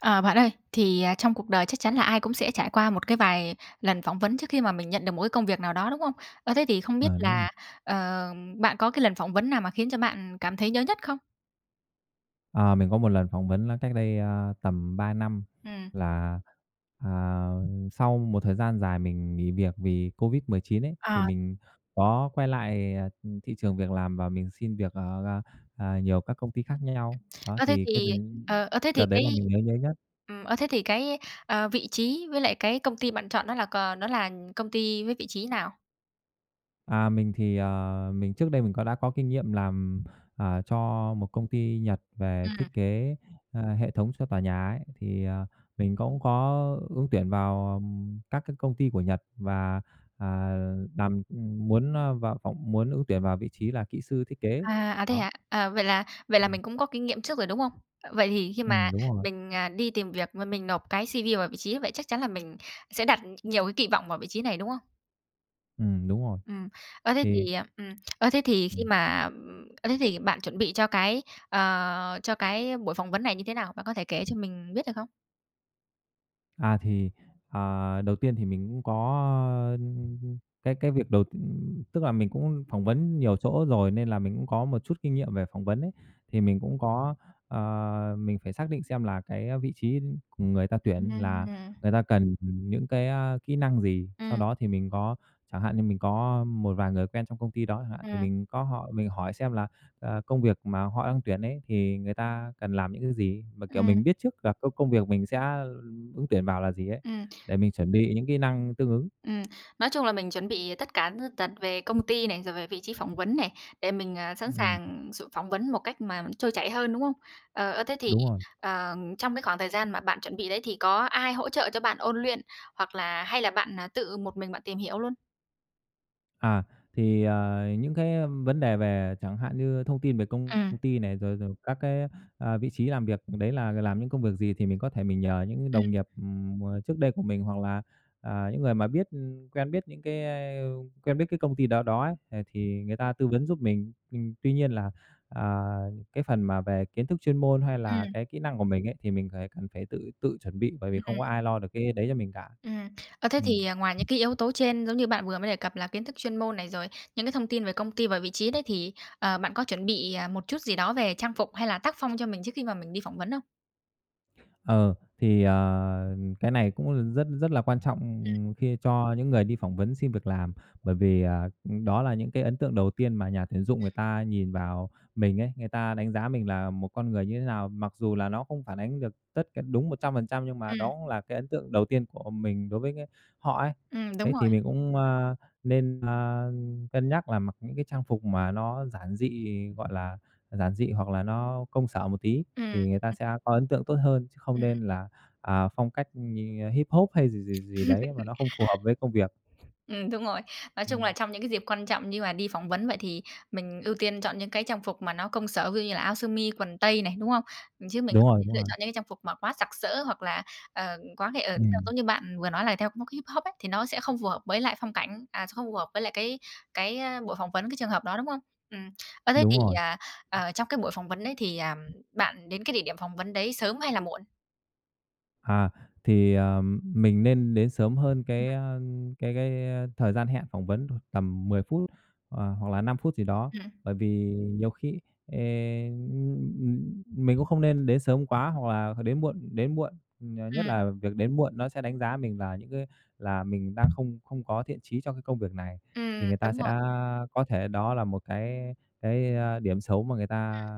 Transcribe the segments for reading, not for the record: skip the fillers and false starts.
Ờ, Bạn ơi, thì, trong cuộc đời chắc chắn là ai cũng sẽ trải qua một cái vài lần phỏng vấn trước khi mà mình nhận được một cái công việc nào đó, đúng không? Thế thì không biết Ờ, đúng rồi. là, ờ, bạn có cái lần phỏng vấn nào mà khiến cho bạn cảm thấy nhớ nhất không? Ờ, mình có một lần phỏng vấn là cách đây, tầm 3 năm Ừ. là, à, sau một thời gian dài mình nghỉ việc vì Covid-19 ấy, thì Ờ. mình có quay lại, thị trường việc làm và mình xin việc ở, nhiều các công ty khác nhau. Đó, Ơ, thế thì cái thì đợt ờ, ơ, thế thì đợt đấy cái là mình nhớ nhớ nhất. Ơ, thế thì cái, ờ, vị trí với lại cái công ty bạn chọn đó là c nó là công ty với vị trí nào? À, mình thì, mình trước đây có có kinh nghiệm làm, cho một công ty Nhật về thiết Ừm. kế, hệ thống cho tòa nhà ấy, thì, mình cũng có ứng tuyển vào, các cái công ty của Nhật và, à, làm, muốn, ơ, vào phỏng muốn ứng tuyển vào vị trí là kỹ sư thiết kế. À, à, thế Đó. hả? À, vậy là Ừm, mình cũng có kinh nghiệm trước rồi, đúng không? Vậy thì khi mà ừm, đúng rồi, mình, đi tìm việc mà mình nộp cái CV vào vị trí, vậy chắc chắn là mình sẽ đặt nhiều cái kỳ vọng vào vị trí này, đúng không? Đúng rồi, Ừ. ơ, thế thì thì, à, thế thì khi mà, thế thì bạn chuẩn bị cho cái buổi phỏng vấn này như thế nào? Bạn có thể kể cho mình biết được không? À, thì, đầu tiên thì mình cũng có, ơ, cái việc đầu tức là mình cũng phỏng vấn nhiều chỗ rồi nên là mình cũng có một chút kinh nghiệm về phỏng vấn ấy. Thì mình cũng có, mình phải xác định xem là cái vị trí của người ta Ừ. tuyển là Ừ. người ta cần những cái, kỹ năng gì. Ừ. Sau đó thì mình có chẳng hạn như mình có một vài người quen trong công ty đó chẳng hạn, thì Ừ. mình có họ mình hỏi xem là, công việc mà họ đang tuyển ấy thì người ta cần làm những cái gì? Mà, kiểu, Ừm. mình biết trước là công việc mình sẽ ứng tuyển vào là gì ấy, để mình chuẩn bị những kỹ năng tương ứng. Ừm, nói chung là mình chuẩn bị tất cả tất tật về công ty này, rồi về vị trí phỏng vấn này, để mình, sẵn Ừm, sàng sự phỏng vấn một cách mà trôi chảy hơn, đúng không? Ờ, ơ, thế thì, đúng rồi. ờ, trong cái khoảng thời gian mà bạn chuẩn bị đấy thì có ai hỗ trợ cho bạn ôn luyện, hoặc là hay là bạn, tự một mình bạn tìm hiểu luôn? À, thì, những cái vấn đề về chẳng hạn như thông tin về công Ừm. ty này, rồi rồi các cái, vị trí làm việc đấy là làm những công việc gì thì mình có thể mình nhờ những đồng Ừm. nghiệp, trước đây của mình hoặc là, những người mà biết, quen biết những cái, a, quen biết cái công ty đó đó ấy, thì người ta tư vấn giúp mình. Tuy nhiên là, à, cái phần mà về kiến thức chuyên môn hay là Ừm. cái kỹ năng của mình ấy, thì mình cần phải tự tự chuẩn bị, bởi vì Ừm. không có ai lo được cái đấy cho mình cả. Ừm. Ừm. Ngoài những cái yếu tố trên giống như bạn vừa mới đề cập là kiến thức chuyên môn này, rồi những cái thông tin về công ty và vị trí đấy thì, bạn có chuẩn bị, một chút gì đó về trang phục hay là tác phong cho mình trước khi mà mình đi phỏng vấn không? Ờ, thì, cái này cũng là rất rất là quan trọng Ừm. khi cho những người đi phỏng vấn xin việc làm, bởi vì, đó là những cái ấn tượng đầu tiên mà nhà tuyển dụng người ta nhìn vào mình ấy, người ta đánh giá mình là một con người như thế nào. Mặc dù là nó không phản ánh được tất cả đúng 100%, nhưng mà Ừm. đó cũng là cái ấn tượng đầu tiên của mình đối với cái họ ấy. Đúng Thế rồi. thì mình cũng, nên, cân nhắc là mặc những cái trang phục mà nó giản dị, gọi là, giản dị hoặc là nó công sở một tí Ừm. thì người ta sẽ có ấn tượng tốt hơn, chứ không Ừm. nên là, phong cách như hip hop hay gì gì gì đấy mà nó không phù hợp với công việc. Đúng rồi. Nói chung là Ừm, trong những cái dịp quan trọng như là đi phỏng vấn vậy thì mình ưu tiên chọn những cái trang phục mà nó công sở, ví dụ như là áo sơ mi, quần tây này, đúng không? Chứ mình đúng không rồi, đúng lựa rồi. chọn những cái trang phục mà quá sặc sỡ hoặc là, quá cái, theo Ừm, giống như bạn vừa nói là theo phong Hip Hop ấy, thì nó sẽ không phù hợp với lại phong cảnh, không phù hợp với lại cái buổi phỏng vấn, cái trường hợp đó, đúng không? Ừm. Ơ, thế đúng thì, rồi. à, ờ, trong cái buổi phỏng vấn đấy thì, bạn đến cái địa điểm phỏng vấn đấy sớm hay là muộn? À, thì, mình nên đến sớm hơn Ừm. cái, a, cái cái, thời gian hẹn phỏng vấn tầm 10 phút, hoặc là 5 phút gì đó. Ừm. Bởi vì nhiều khi, ê, ừm, mình cũng không nên đến sớm quá hoặc là đến muộn, nhất Ừm. là việc đến muộn nó sẽ đánh giá mình là những cái là mình đang không không có thiện chí cho cái công việc này, thì Ừm, người ta đúng sẽ rồi. có thể đó là một cái điểm xấu mà người ta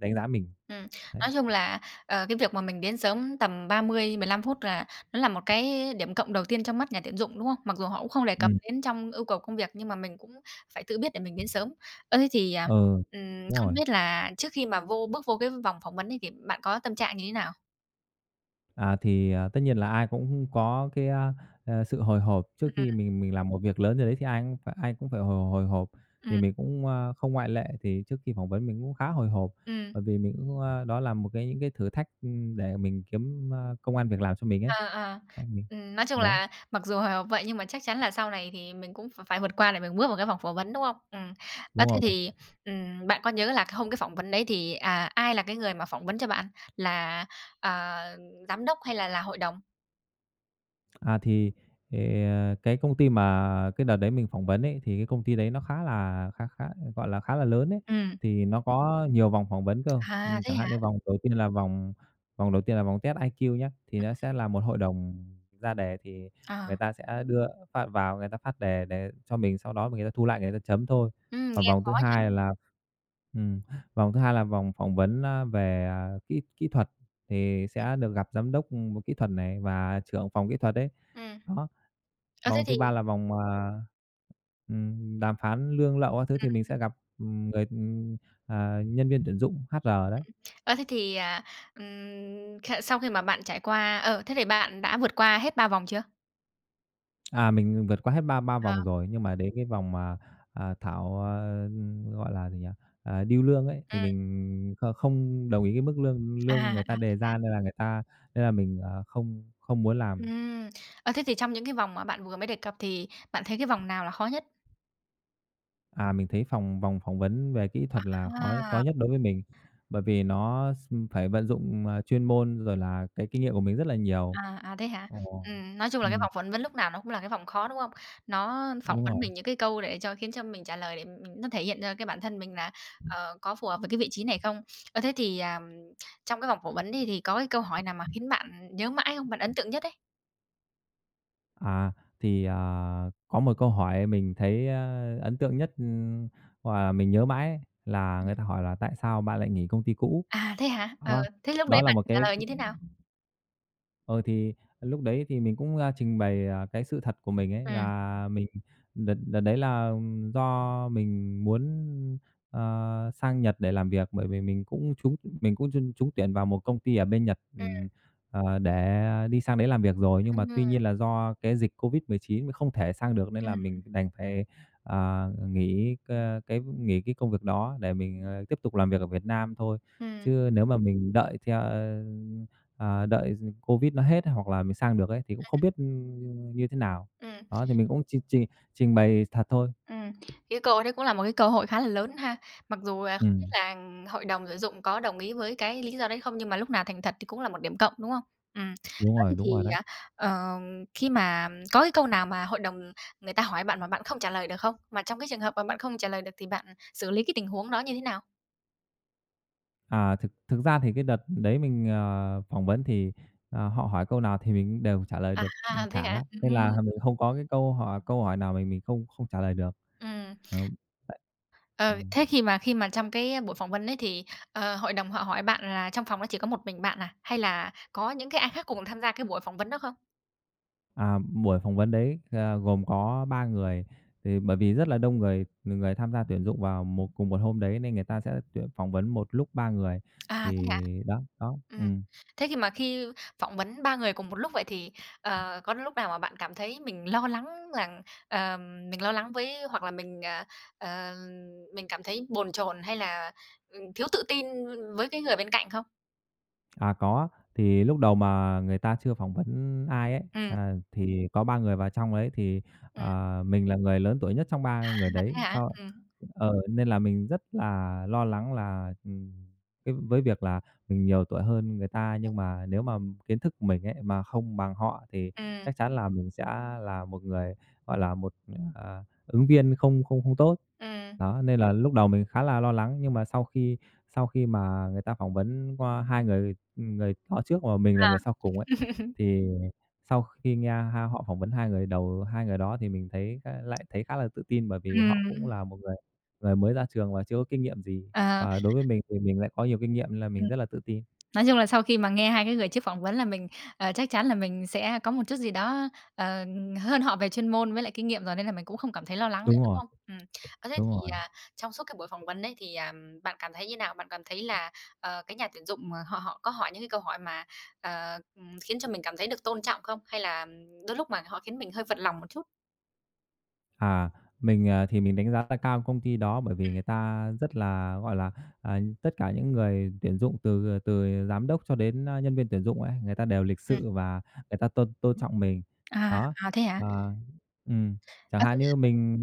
đánh giá mình, Ừm, đấy. nói chung là, cái việc mà mình đến sớm tầm 30 15 phút là nó là một cái điểm cộng đầu tiên trong mắt nhà tuyển dụng, đúng không? Mặc dù họ cũng không đề cập ừ. đến trong yêu cầu công việc nhưng mà mình cũng phải tự biết để mình đến sớm. Ơ, thế thì, à, Ờ, đúng không rồi. biết là trước khi mà bước vô cái vòng phỏng vấn ấy thì bạn có tâm trạng như thế nào? À, thì, tất nhiên là ai cũng có cái, sự hồi hộp trước Ừm. khi mình làm một việc lớn gì đấy thì ai cũng phải hồi hồi hộp, thì Ừm. mình cũng, không ngoại lệ. Thì trước khi phỏng vấn mình cũng khá hồi hộp, Ừm. bởi vì mình cũng, đó là một cái những cái thử thách, để mình kiếm, công ăn việc làm cho mình ấy. Ờ. Ờ. Đấy, nói chung đấy, là mặc dù hồi hộp vậy nhưng mà chắc chắn là sau này thì mình cũng phải vượt qua để mình bước vào cái vòng phỏng vấn, đúng không? Ừm. Ơ, đúng thế rồi. thì, bạn có nhớ là cái hôm cái phỏng vấn đấy thì, ai là cái người mà phỏng vấn cho bạn? Là, à, giám đốc hay là hội đồng? À, thì, ờ, cái công ty mà cái đợt đấy mình phỏng vấn ấy, thì cái công ty đấy nó khá là khá khá, gọi là, khá là lớn ấy, Ừm. thì nó có nhiều vòng phỏng vấn cơ. À, thế Chẳng hạn như hả? Vòng đầu tiên là vòng test IQ nhé, thì nó Ừm. sẽ là một hội đồng ra đề thì Ờ. người ta sẽ phát vào, người ta phát đề để cho mình, sau đó người ta thu lại người ta chấm thôi. Còn nghe khó nhỉ? Ừm, vòng thứ hai là vòng phỏng vấn, về, kỹ kỹ thuật, thì Ừm. sẽ được gặp giám đốc, kỹ thuật này và trưởng phòng kỹ thuật đấy. Ừm. Đó, Ơ, thế vòng thứ thì ba là vòng, đàm phán lương lậu các thứ ừm, thì mình sẽ gặp, ừm, người, ừm, nhân viên tuyển dụng HR đấy. ơ, thế thì, à, sau khi mà bạn trải qua thế thì bạn đã vượt qua hết 3 vòng chưa? À, mình vượt qua hết ba ba Ờ. vòng rồi, nhưng mà đến cái vòng mà, à, thảo, à, gọi là gì nhỉ, deal lương ấy, thì Ừm. mình không đồng ý cái mức lương lương À, người ta à, thế đề hả? ra, nên là mình, không không muốn làm. Ừm. Ờ, thế thì trong những cái vòng mà bạn vừa mới đề cập thì bạn thấy cái vòng nào là khó nhất? À, mình thấy vòng phỏng vấn về kỹ thuật là khó khó À. nhất đối với mình, bởi vì nó phải vận dụng, chuyên môn rồi là cái kinh nghiệm của mình rất là nhiều. À, à, thế hả? Ồ. Nói chung là cái Ừm, vòng phỏng vấn lúc nào nó cũng là cái vòng khó, đúng không? Nó phỏng đúng vấn rồi. mình những cái câu để cho khiến cho mình trả lời để mình nó thể hiện ra cái bản thân mình là, có phù hợp với cái vị trí này không? Ơ, thế thì, à, trong cái vòng phỏng vấn thì có cái câu hỏi nào mà khiến bạn nhớ mãi không? Bạn ấn tượng nhất ấy? À, thì, có một câu hỏi mình thấy, ấn tượng nhất, hoặc là mình nhớ mãi ấy, là người Ừm. ta hỏi là "Tại sao bạn lại nghỉ công ty cũ?" À, thế hả? Ờ, Đó, thế lúc đó đấy là bạn một trả cái lời như thế nào? ờ thì lúc đấy thì mình cũng, trình bày, cái sự thật của mình ấy Ừm. là mình đợt đợt đấy là do mình muốn, sang Nhật để làm việc, bởi vì mình cũng trúng trúng tuyển vào một công ty ở bên Nhật, Ừm. Để đi sang đấy làm việc rồi. Ừm. Nhưng mà Ừm. tuy nhiên là do cái dịch Covid-19 mình không thể sang được nên là Ừm. mình đành phải, nghỉ c cái nghỉ cái công việc đó để mình, tiếp tục làm việc ở Việt Nam thôi. Chứ nếu mà mình đợi theo, ờ, ờ, đợi Covid nó hết hoặc là mình sang được ấy, thì cũng không biết, như thế nào. Ừm. Đó, thì mình cũng trình trình trình bày thật thôi. Ừm, cái cơ hội đấy cũng là một cái cơ hội khá là lớn ha. Mặc dù là không biết Ừm, là hội đồng tuyển dụng có đồng ý với cái lý do đấy không, nhưng mà lúc nào thành thật thì cũng là một điểm cộng, đúng không? Ừm, ờ, thế đúng rồi thì, đấy. à, ờ, khi mà có cái câu nào mà hội đồng người ta hỏi bạn mà bạn không trả lời được không? Mà trong cái trường hợp mà bạn không trả lời được thì bạn xử lý cái tình huống đó như thế nào? À, thực thực ra thì cái đợt đấy mình, phỏng vấn thì, họ hỏi câu nào thì mình đều trả lời À, được, thế cả, hả? nên Ừm. là mình không có cái câu hỏi nào mình không không trả lời được. Ừm. Ừm, đấy. Ờ, Ừm. thế khi mà trong cái buổi phỏng vấn ấy thì, hội đồng họ hỏi bạn là trong phòng đó chỉ có một mình bạn à? Hay là có những cái ai khác cùng tham gia cái buổi phỏng vấn đó không? À, buổi phỏng vấn đấy, gồm có 3 người, thì bởi vì rất là đông người người tham gia tuyển dụng vào cùng một hôm đấy nên người ta sẽ phỏng vấn một lúc 3 người, À, thế hả? thì đó, đó, ừ. Ừm. Thế thì mà khi phỏng vấn 3 người cùng một lúc vậy thì, có lúc nào mà bạn cảm thấy mình lo lắng rằng, ờ, mình lo lắng với hoặc là mình, ờ, mình cảm thấy bồn chồn hay là, thiếu tự tin với cái người bên cạnh không? À, có. Thì lúc đầu mà người ta chưa phỏng vấn ai ấy, Ừm. Thì có 3 người vào trong đấy thì, Ừm. Mình là người lớn tuổi nhất trong 3 người À, đấy. thế hả? Ừm. Nên là mình rất là lo lắng là, cái với việc là mình nhiều tuổi hơn người ta, nhưng mà nếu mà kiến thức của mình ấy mà không bằng họ thì Ừm. chắc chắn là mình sẽ là một người, gọi là, một, ứng viên không không không tốt. Ừm. Đó, nên là lúc đầu mình khá là lo lắng, nhưng mà sau khi mà người ta phỏng vấn qua 2 người Người họ trước mà mình là người sau cùng À. ấy, thì sau khi nghe họ phỏng vấn hai người đó thì mình thấy khá lại thấy khá là tự tin, bởi vì họ cũng Ừm. là một người người mới ra trường và chưa có kinh nghiệm gì. Ờ. Và đối với mình thì mình lại có nhiều kinh nghiệm nên là mình Ừm. rất là tự tin. Nói chung là sau khi mà nghe hai cái người trước phỏng vấn là mình, chắc chắn là mình sẽ có một chút gì đó, ờ, hơn họ về chuyên môn với lại kinh nghiệm rồi nên là mình cũng không cảm thấy lo lắng nữa, Đúng đúng rồi, không? Ừm. Ờ, thế đúng thì, rồi. à, trong suốt cái buổi phỏng vấn đấy thì, bạn cảm thấy như nào? Bạn cảm thấy là, cái nhà tuyển dụng, họ họ có hỏi những cái câu hỏi mà, khiến cho mình cảm thấy được tôn trọng không? Hay là đôi lúc mà họ khiến mình hơi phật lòng một chút? À, thì mình đánh giá là cao công ty đó bởi vì người ta rất là, gọi là, tất cả những người tuyển dụng từ từ giám đốc cho đến, nhân viên tuyển dụng ấy, người ta đều lịch Ừm. sự và người ta tôn tôn trọng mình. À, Đó. à, thế hả? Và ừm, chẳng À, hạn như mình,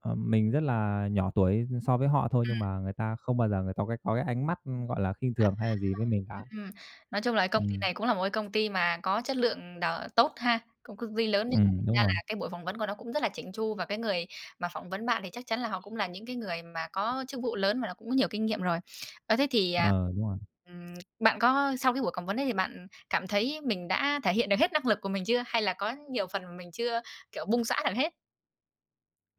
mình rất là nhỏ tuổi so với họ thôi thế. nhưng mà người ta không bao giờ người ta có cái ánh mắt, gọi là, khinh thường hay là gì với mình cả. Ừm, nói chung là công ty Ừm, này cũng là một cái công ty mà có chất lượng đào tốt ha, công công ty lớn nên là thành ra đúng rồi, là cái buổi phỏng vấn của nó cũng rất là chỉn chu và cái người mà phỏng vấn bạn thì chắc chắn là họ cũng là những cái người mà có chức vụ lớn và nó cũng có nhiều kinh nghiệm rồi. Ơ, thế thì, à, ờ, đúng rồi. ừm, bạn có sau cái buổi phỏng vấn ấy thì bạn cảm thấy mình đã thể hiện được hết năng lực của mình chưa? Hay là có nhiều phần mà mình chưa, kiểu, bung xõa được hết?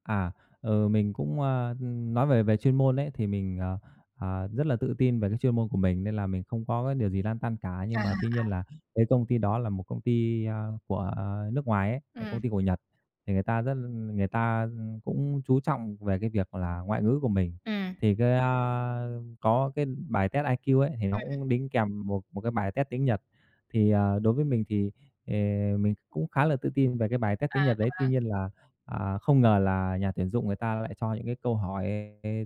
À, mình cũng, nói về về chuyên môn đấy thì mình, rất là tự tin về cái chuyên môn của mình nên là mình không có cái điều gì lăn tăn cả. Nhưng À. mà tuy nhiên là cái công ty đó là một công ty, của, nước ngoài ấy, là Ừm. công ty của Nhật, thì người ta cũng chú trọng về cái việc là ngoại ngữ của mình. Ừm. Thì cái, có cái bài test IQ ấy, thì nó Ừm. cũng đính kèm một một cái bài test tiếng Nhật. Thì, đối với mình thì, ờ, mình cũng khá là tự tin về cái bài test À, tiếng Nhật đấy. Tuy à, nhiên là À, không ngờ là nhà tuyển dụng người ta lại cho những cái câu hỏi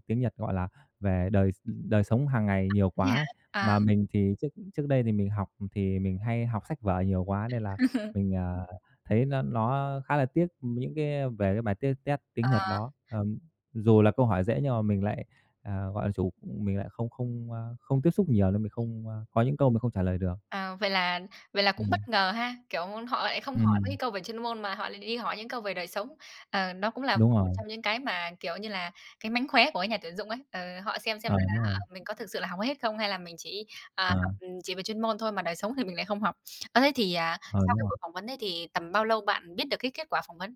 tiếng Nhật, gọi là, về đời sống hàng ngày nhiều thế quá hả? ấy. À. Mà mình thì trước trước đây thì mình hay học sách vở nhiều quá nên là mình, thấy nó khá là tiếc những cái về cái bài test test tiếng Nhật Ờ. đó. Dù là câu hỏi dễ nhưng mà mình lại, gọi là, chủ mình lại không không, a, không tiếp xúc nhiều nên mình không, có những câu mình không trả lời được. À, vậy là cũng Ừm, bất ngờ ha, kiểu, họ lại không hỏi mấy cái ừm, câu về chuyên môn mà họ lại đi hỏi những câu về đời sống. Đó cũng là đúng một rồi, trong những cái mà, kiểu như là, cái mánh khóe của cái nhà tuyển dụng ấy. Ờ, họ xem ờ, là đúng rồi, họ mình có thực sự là học hết không hay là mình chỉ, học, ờ, chỉ về chuyên môn thôi mà đời sống thì mình lại không học. Ơ, thế thì, à, ờ, sau đúng cái rồi. buổi phỏng vấn đấy thì tầm bao lâu bạn biết được cái kết quả phỏng vấn?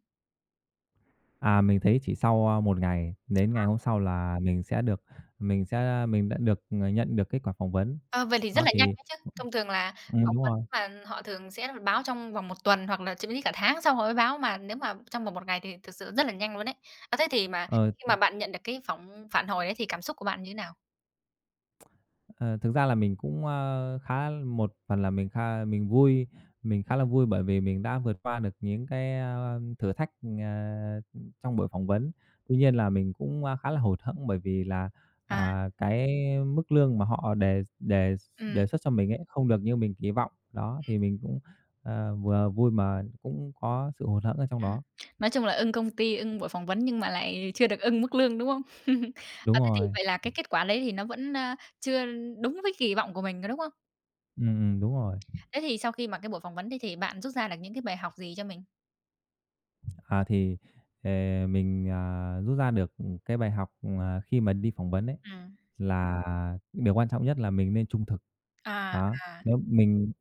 À, mình thấy chỉ sau, 1 ngày, đến ngày hôm sau là mình sẽ được mình sẽ mình đã được, nhận được kết quả phỏng vấn. Ờ, vậy thì rất Đó, là nhanh thì đấy chứ. Thông thường là phỏng đúng vấn rồi. mà họ thường sẽ báo trong vòng một tuần hoặc là thậm chí cả tháng sau họ mới báo, mà nếu mà trong vòng một ngày thì thực sự rất là nhanh luôn đấy. À, thế thì mà Ờ, khi mà bạn nhận được cái phản hồi đấy thì cảm xúc của bạn như thế nào? Ờ, thực ra là mình cũng, khá một phần là mình vui, mình khá là vui bởi vì mình đã vượt qua được những cái, thử thách, ờ, trong buổi phỏng vấn. Tuy nhiên là mình cũng, khá là hụt hẫng bởi vì là, À. Cái mức lương mà họ đề đề Ừm. đề xuất cho mình ấy, không được như mình kỳ vọng. Đó, thì mình cũng, vừa vui mà cũng có sự hụt hẫng ở trong Ừm. đó. Nói chung là ưng công ty, ưng buổi phỏng vấn nhưng mà lại chưa được ưng mức lương, đúng không? Đúng À, thế thì rồi, vậy là cái kết quả đấy thì nó vẫn, chưa đúng với kỳ vọng của mình, có đúng không? Đúng rồi. Thế thì sau khi mà cái buổi phỏng vấn đấy thì bạn rút ra được những cái bài học gì cho mình? À, thì, ờ, mình, rút ra được cái bài học, khi mà đi phỏng vấn ấy, Ừm. là điều quan trọng nhất là mình nên trung thực. À. Đó, À. nếu mình,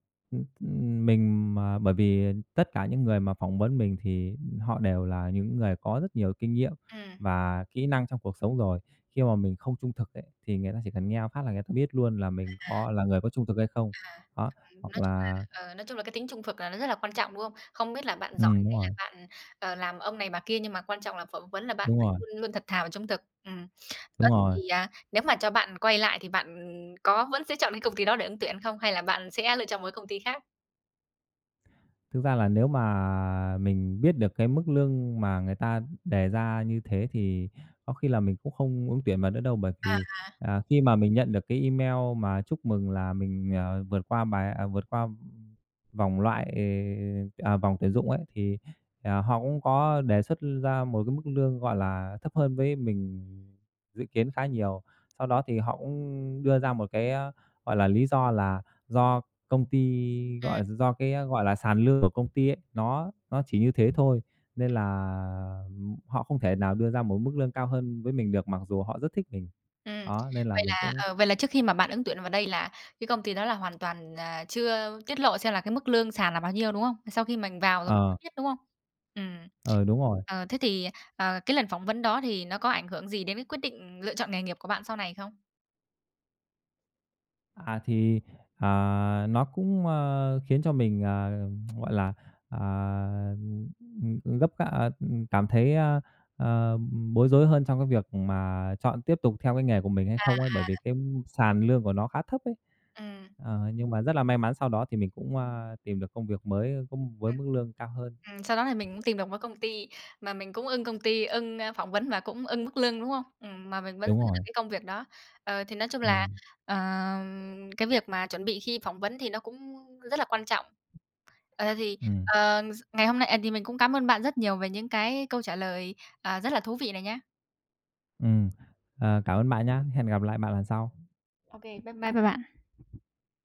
mình mà bởi vì tất cả những người mà phỏng vấn mình thì họ đều là những người có rất nhiều kinh nghiệm Ừm. và kỹ năng trong cuộc sống rồi. Khi mà mình không trung thực ấy, thì người ta chỉ cần nghe một phát là người ta biết luôn là mình có là người có trung thực hay không. À, Đó, hoặc nói chung là, là nói chung là cái tính trung thực là nó rất là quan trọng, đúng không? Không biết là bạn giỏi đúng hay là rồi, bạn, làm ông này bà kia, nhưng mà quan trọng là phỏng vấn là bạn đúng phải rồi, luôn luôn thật thà và trung thực. Ừm. Ơ, đúng thế rồi. thì, à, nếu mà cho bạn quay lại thì bạn có vẫn sẽ chọn cái công ty đó để ứng tuyển không? Hay là bạn sẽ lựa chọn một cái công ty khác? Thực ra là nếu mà mình biết được cái mức lương mà người ta đề ra như thế thì có khi là mình cũng không ứng tuyển vào nữa đâu, bởi À. vì, khi mà mình nhận được cái email mà chúc mừng là mình, vượt qua vượt qua vòng loại, vòng tuyển dụng ấy, thì, họ cũng có đề xuất ra một cái mức lương, gọi là, thấp hơn với mình dự kiến khá nhiều. Sau đó thì họ cũng đưa ra một cái, gọi là, lý do là do công ty, Ừm. Do cái, gọi là, sàn lương của công ty ấy, nó chỉ như thế thôi, nên là họ không thể nào đưa ra một mức lương cao hơn với mình được, mặc dù họ rất thích mình. Ừm, Đó, nên là vậy mình là, cũng vậy là trước khi mà bạn ứng tuyển vào đây là cái công ty đó là hoàn toàn, chưa tiết lộ xem là cái mức lương sàn là bao nhiêu, đúng không? Sau khi mình vào rồi ờ, mới biết, đúng không? Ừm. ờ, đúng rồi. Ờ, thế thì, cái lần phỏng vấn đó thì nó có ảnh hưởng gì đến cái quyết định lựa chọn nghề nghiệp của bạn sau này không? À, thì, nó cũng, khiến cho mình, gọi là, à, ừm, gấp gáp à, cảm thấy, ờ, bối rối hơn trong cái việc mà chọn tiếp tục theo cái nghề của mình hay À. không ấy, bởi vì cái sàn lương của nó khá thấp ấy. Ừm. Ờ, nhưng mà rất là may mắn sau đó thì mình cũng, tìm được công việc mới cũng với mức lương cao hơn. Sau đó thì mình cũng tìm được một công ty mà mình cũng ưng công ty, ưng, phỏng vấn và cũng ưng mức lương, đúng không? Mà mình vẫn Đúng giữ được rồi, cái công việc đó. Ờ, thì nói chung là, ừm, ờ, cái việc mà chuẩn bị khi phỏng vấn thì nó cũng rất là quan trọng. Ờ, thì, ừm, ờ, ngày hôm nay, thì mình cũng cảm ơn bạn rất nhiều về những cái câu trả lời, rất là thú vị này nhé. ừm. Ờ, cảm ơn bạn nhá, hẹn gặp lại bạn lần sau. OK, bye bye, bye bạn.